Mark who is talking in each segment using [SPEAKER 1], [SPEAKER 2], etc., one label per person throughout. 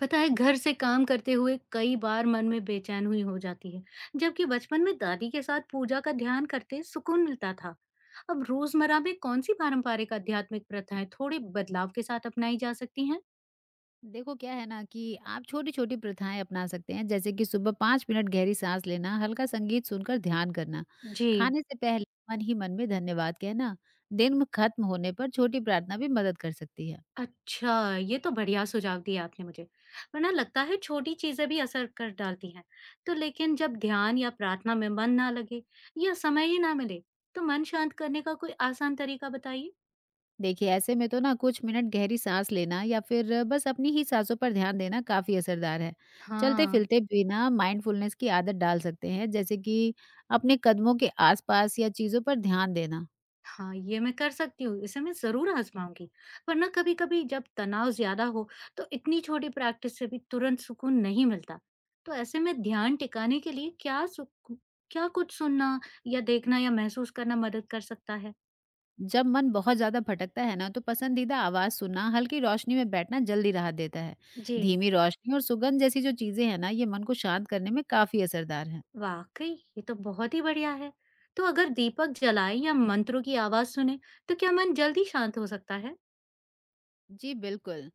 [SPEAKER 1] पता है घर से काम करते हुए कई बार मन में बेचैन हुई हो जाती है। जबकि बचपन में दादी के साथ पूजा का ध्यान करते सुकून मिलता था। अब रोजमर्रा में कौन सी पारंपरिक आध्यात्मिक प्रथाएं थोड़े बदलाव के साथ अपनाई जा सकती हैं?
[SPEAKER 2] देखो क्या है ना कि आप छोटी-छोटी प्रथाएँ अपना सकते हैं, जैसे कि सुबह 5 मिनट गहरी साँस लेना, हल्का संगीत सुनकर ध्यान करना,
[SPEAKER 1] जी।
[SPEAKER 2] खाने से पहले मन ही मन में धन्यवाद कहना, दिन में खत्म होने पर छोटी प्रार्थना भी मदद कर सकती है।
[SPEAKER 1] अच्छा, ये तो बढ़िया सुझाव दिया आपने मुझे। वरना लगता है छोटी चीजें भी असर कर डालती हैं। लेकिन जब ध्यान या प्रार्थना में मन ना लगे या समय ही ना मिले, तो मन शांत करने का कोई आसान तरीका बताइए।
[SPEAKER 2] देखिए ऐसे में तो ना कुछ मिनट गहरी साँस लेना या फिर बस अपनी ही साँसों पर ध्यान देना काफ़ी असरदार है।
[SPEAKER 1] हाँ।
[SPEAKER 2] चलते-फिरते भी ना माइंडफुलनेस की आदत डाल सकते हैं, जैसे कि अपने कदमों के आसपास या चीज़ों पर ध्यान देना।
[SPEAKER 1] हाँ, ये मैं कर सकती हूँ, इसे मैं ज़रूर आज़माऊँगी। वरना कभी-कभी जब तनाव ज़्यादा हो, तो इतनी छोटी प्रैक्टिस से भी तुरंत सुकून नहीं मिलता। तो ऐसे में ध्यान टिकाने के लिए क्या कुछ सुनना या देखना या महसूस करना मदद कर सकता है?
[SPEAKER 2] जब मन बहुत ज्यादा भटकता है ना तो पसंदीदा आवाज सुनना हल्की रोशनी में बैठना जल्दी राहत देता है।
[SPEAKER 1] जी।
[SPEAKER 2] धीमी रोशनी और सुगंध जैसी जो चीजें हैं ना ये मन को शांत करने में काफी असरदार है।
[SPEAKER 1] वाक़ई! ये तो बहुत ही बढ़िया है। तो अगर दीपक जलाएँ या मंत्रों की आवाज़ सुने, तो क्या मन जल्दी शांत हो सकता है?
[SPEAKER 2] जी बिल्कुल,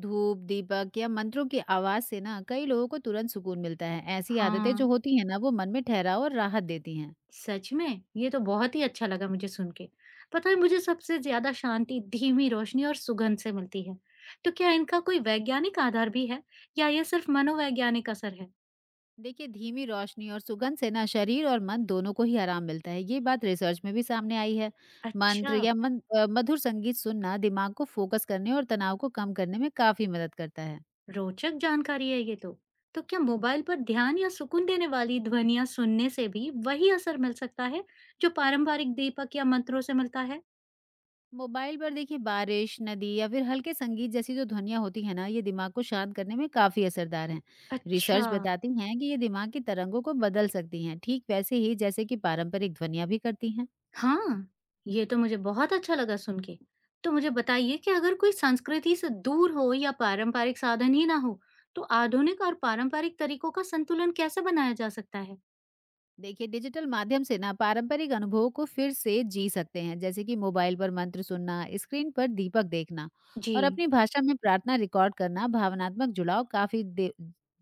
[SPEAKER 2] धूप दीपक या मंत्रों की आवाज से ना कई लोगों को तुरंत सुकून मिलता है। ऐसी आदतें जो
[SPEAKER 1] हाँ।
[SPEAKER 2] होती है ना वो मन में ठहराव और राहत देती हैं।
[SPEAKER 1] सच में? ये तो बहुत ही अच्छा लगा मुझे सुन के। पता है मुझे सबसे ज़्यादा शांति धीमी रोशनी और सुगंध से मिलती है। तो क्या इनका कोई वैज्ञानिक आधार भी है या ये सिर्फ मनोवैज्ञानिक असर है?
[SPEAKER 2] देखिए धीमी रोशनी और सुगंध से ना शरीर और मन दोनों को ही आराम मिलता है, ये बात रिसर्च में भी सामने आई है। मंत्र
[SPEAKER 1] अच्छा।
[SPEAKER 2] या मन, अ, मधुर संगीत सुनना दिमाग को फोकस करने और तनाव को कम करने में काफी मदद करता है।
[SPEAKER 1] रोचक जानकारी है ये तो। तो क्या मोबाइल पर ध्यान या सुकून देने वाली ध्वनियाँ सुनने से भी वही असर मिल सकता है जो पारंपरिक दीपक या मंत्रों से मिलता है?
[SPEAKER 2] मोबाइल पर देखिए बारिश नदी या फिर हल्के संगीत जैसी जो ध्वनियाँ होती है ना ये दिमाग को शांत करने में काफी असरदार हैं।
[SPEAKER 1] अच्छा।
[SPEAKER 2] रिसर्च बताती हैं कि ये दिमाग की तरंगों को बदल सकती हैं, ठीक वैसे ही जैसे कि पारंपरिक ध्वनियाँ भी करती हैं।
[SPEAKER 1] हाँ, ये तो मुझे बहुत अच्छा लगा सुन के। तो मुझे बताइए कि अगर कोई संस्कृति से दूर हो या पारंपरिक साधन ही ना हो, तो आधुनिक और पारंपरिक तरीकों का संतुलन कैसे बनाया जा सकता है?
[SPEAKER 2] देखिए डिजिटल माध्यम से ना पारंपरिक अनुभवों को फिर से जी सकते हैं, जैसे कि मोबाइल पर मंत्र सुनना, स्क्रीन पर दीपक देखना
[SPEAKER 1] जी,
[SPEAKER 2] और अपनी भाषा में प्रार्थना रिकॉर्ड करना भावनात्मक जुड़ाव काफी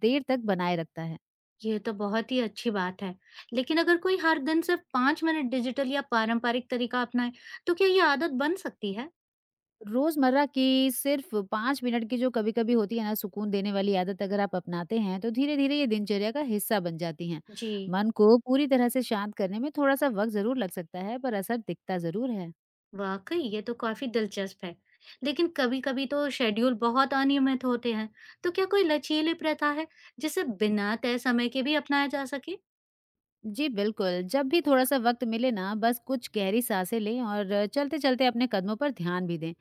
[SPEAKER 2] देर तक बनाए रखता है।
[SPEAKER 1] ये तो बहुत ही अच्छी बात है। लेकिन अगर कोई हर दिन सिर्फ 5 मिनट डिजिटल या पारंपरिक तरीका अपनाए, तो क्या ये आदत बन सकती है?
[SPEAKER 2] रोजमर्रा की सिर्फ पाँच मिनट की जो कभी कभी होती है ना सुकून देने वाली आदत अगर आप अपनाते हैं तो धीरे धीरे ये दिनचर्या का हिस्सा बन जाती हैं।
[SPEAKER 1] जी।
[SPEAKER 2] मन को पूरी तरह से शांत करने में थोड़ा सा वक्त जरूर लग सकता है पर असर दिखता जरूर है।
[SPEAKER 1] वाकई ये तो काफी दिलचस्प है। लेकिन कभी-कभी तो शेड्यूल बहुत अनियमित होते हैं, तो क्या कोई लचीली प्रथा है जिसे बिना तय समय के भी अपनाया जा सके?
[SPEAKER 2] जी बिल्कुल, जब भी थोड़ा-सा वक़्त मिले ना बस कुछ गहरी साँसें लें और चलते-चलते अपने कदमों पर ध्यान भी दें।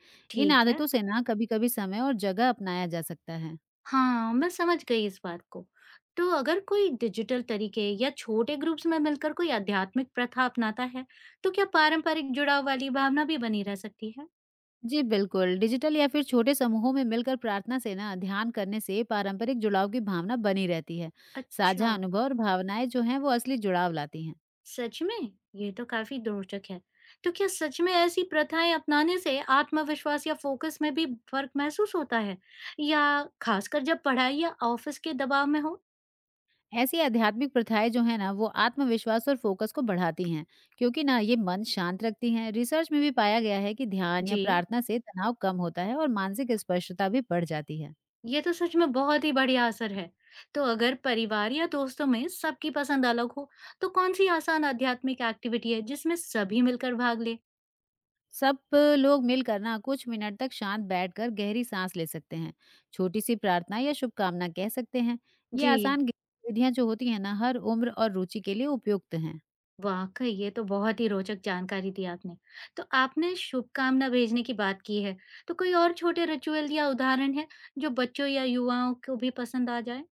[SPEAKER 2] इन
[SPEAKER 1] ठीक है।
[SPEAKER 2] आदतों से ना कभी-कभी समय और जगह अपनाया जा सकता है।
[SPEAKER 1] हाँ, मैं समझ गई इस बात को। तो अगर कोई डिजिटल तरीके या छोटे ग्रुप्स में मिलकर कोई आध्यात्मिक प्रथा अपनाता है, तो क्या पारंपरिक जुड़ाव वाली भावना भी बनी रह सकती है?
[SPEAKER 2] जी बिल्कुल, डिजिटल या फिर छोटे समूहों में मिलकर प्रार्थना से ना ध्यान करने से पारंपरिक जुड़ाव की भावना बनी रहती है।
[SPEAKER 1] अच्छा।
[SPEAKER 2] साझा अनुभव और भावनाएँ जो हैं वो असली जुड़ाव लाती हैं।
[SPEAKER 1] सच में? ये तो काफ़ी रोचक है। तो क्या सच में ऐसी प्रथाएँ अपनाने से आत्मविश्वास या फ़ोकस में भी फ़र्क महसूस होता है? या ख़ासकर जब पढ़ाई या ऑफ़िस के दबाव में हो?
[SPEAKER 2] ऐसी आध्यात्मिक प्रथाएं जो है ना वो आत्मविश्वास और फोकस को बढ़ाती हैं, क्योंकि ना ये मन शांत रखती हैं। रिसर्च में भी पाया गया है कि ध्यान या
[SPEAKER 1] जी,
[SPEAKER 2] प्रार्थना से तनाव कम होता है और मानसिक स्पष्टता भी बढ़ जाती है।
[SPEAKER 1] ये तो सच में बहुत ही बढ़िया असर है। तो अगर परिवार या दोस्तों में सबकी पसंद अलग हो, तो कौन-सी आसान आध्यात्मिक एक्टिविटी है जिसमें सभी मिलकर भाग लें?
[SPEAKER 2] सब लोग मिलकर ना कुछ मिनट तक शांत बैठकर गहरी सांस ले सकते हैं, छोटी सी प्रार्थना या शुभकामना कह सकते हैं। ये
[SPEAKER 1] जी।
[SPEAKER 2] आसान गतिविधियां जो होती हैं ना हर उम्र और रुचि के लिए उपयुक्त हैं।
[SPEAKER 1] वाक़ई, ये तो बहुत ही रोचक जानकारी दी आपने। तो आपने शुभकामना भेजने की बात की है, तो कोई और छोटे रिचुअल या उदाहरण हैं जो बच्चों या युवाओं को भी पसंद आ जाएँ?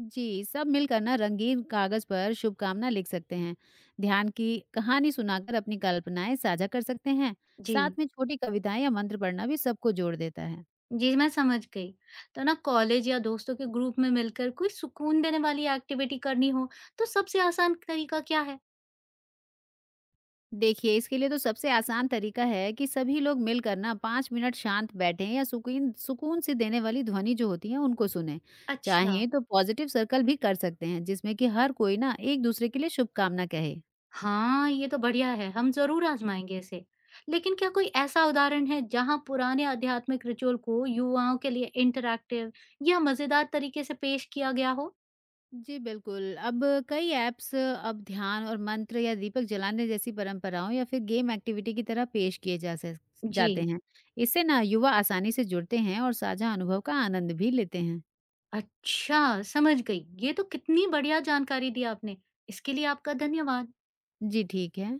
[SPEAKER 2] जी, सब मिलकर ना रंगीन कागज पर शुभकामना लिख सकते हैं। ध्यान की कहानी सुनाकर अपनी कल्पनाएं साझा कर सकते हैं। साथ
[SPEAKER 1] जी।
[SPEAKER 2] में छोटी कविताएं या मंत्र पढ़ना भी सबको जोड़ देता है।
[SPEAKER 1] जी, मैं समझ गई। तो ना कॉलेज या दोस्तों के ग्रुप में मिलकर कोई सुकून देने वाली एक्टिविटी करनी हो, तो सबसे आसान तरीका क्या है?
[SPEAKER 2] देखिए, इसके लिए तो सबसे आसान तरीका है कि सभी लोग मिलकर ना पाँच मिनट शांत बैठें या सुकून सुकून से देने वाली ध्वनि जो होती है उनको सुने।
[SPEAKER 1] अच्छा।
[SPEAKER 2] चाहें तो पॉजिटिव सर्कल भी कर सकते हैं जिसमें कि हर कोई ना एक दूसरे के लिए शुभकामना कहे।
[SPEAKER 1] हाँ, ये तो बढ़िया है, हम ज़रूर आज़माएँगे इसे। लेकिन क्या कोई ऐसा उदाहरण है जहाँ पुराने आध्यात्मिक रिचुअल को युवाओं के लिए इंटरैक्टिव या मज़ेदार तरीके से पेश किया गया हो?
[SPEAKER 2] जी, बिल्कुल। अब कई ऐप्स अब ध्यान और मंत्र या दीपक जलाने जैसी परंपराओं या फिर गेम एक्टिविटी की तरह पेश किए जा सक जाते
[SPEAKER 1] जी,
[SPEAKER 2] हैं। इससे ना युवा आसानी से जुड़ते हैं और साझा अनुभव का आनंद भी लेते हैं।
[SPEAKER 1] अच्छा, समझ गई। ये तो कितनी बढ़िया जानकारी दी आपने, इसके लिए आपका धन्यवाद।
[SPEAKER 2] जी, ठीक है।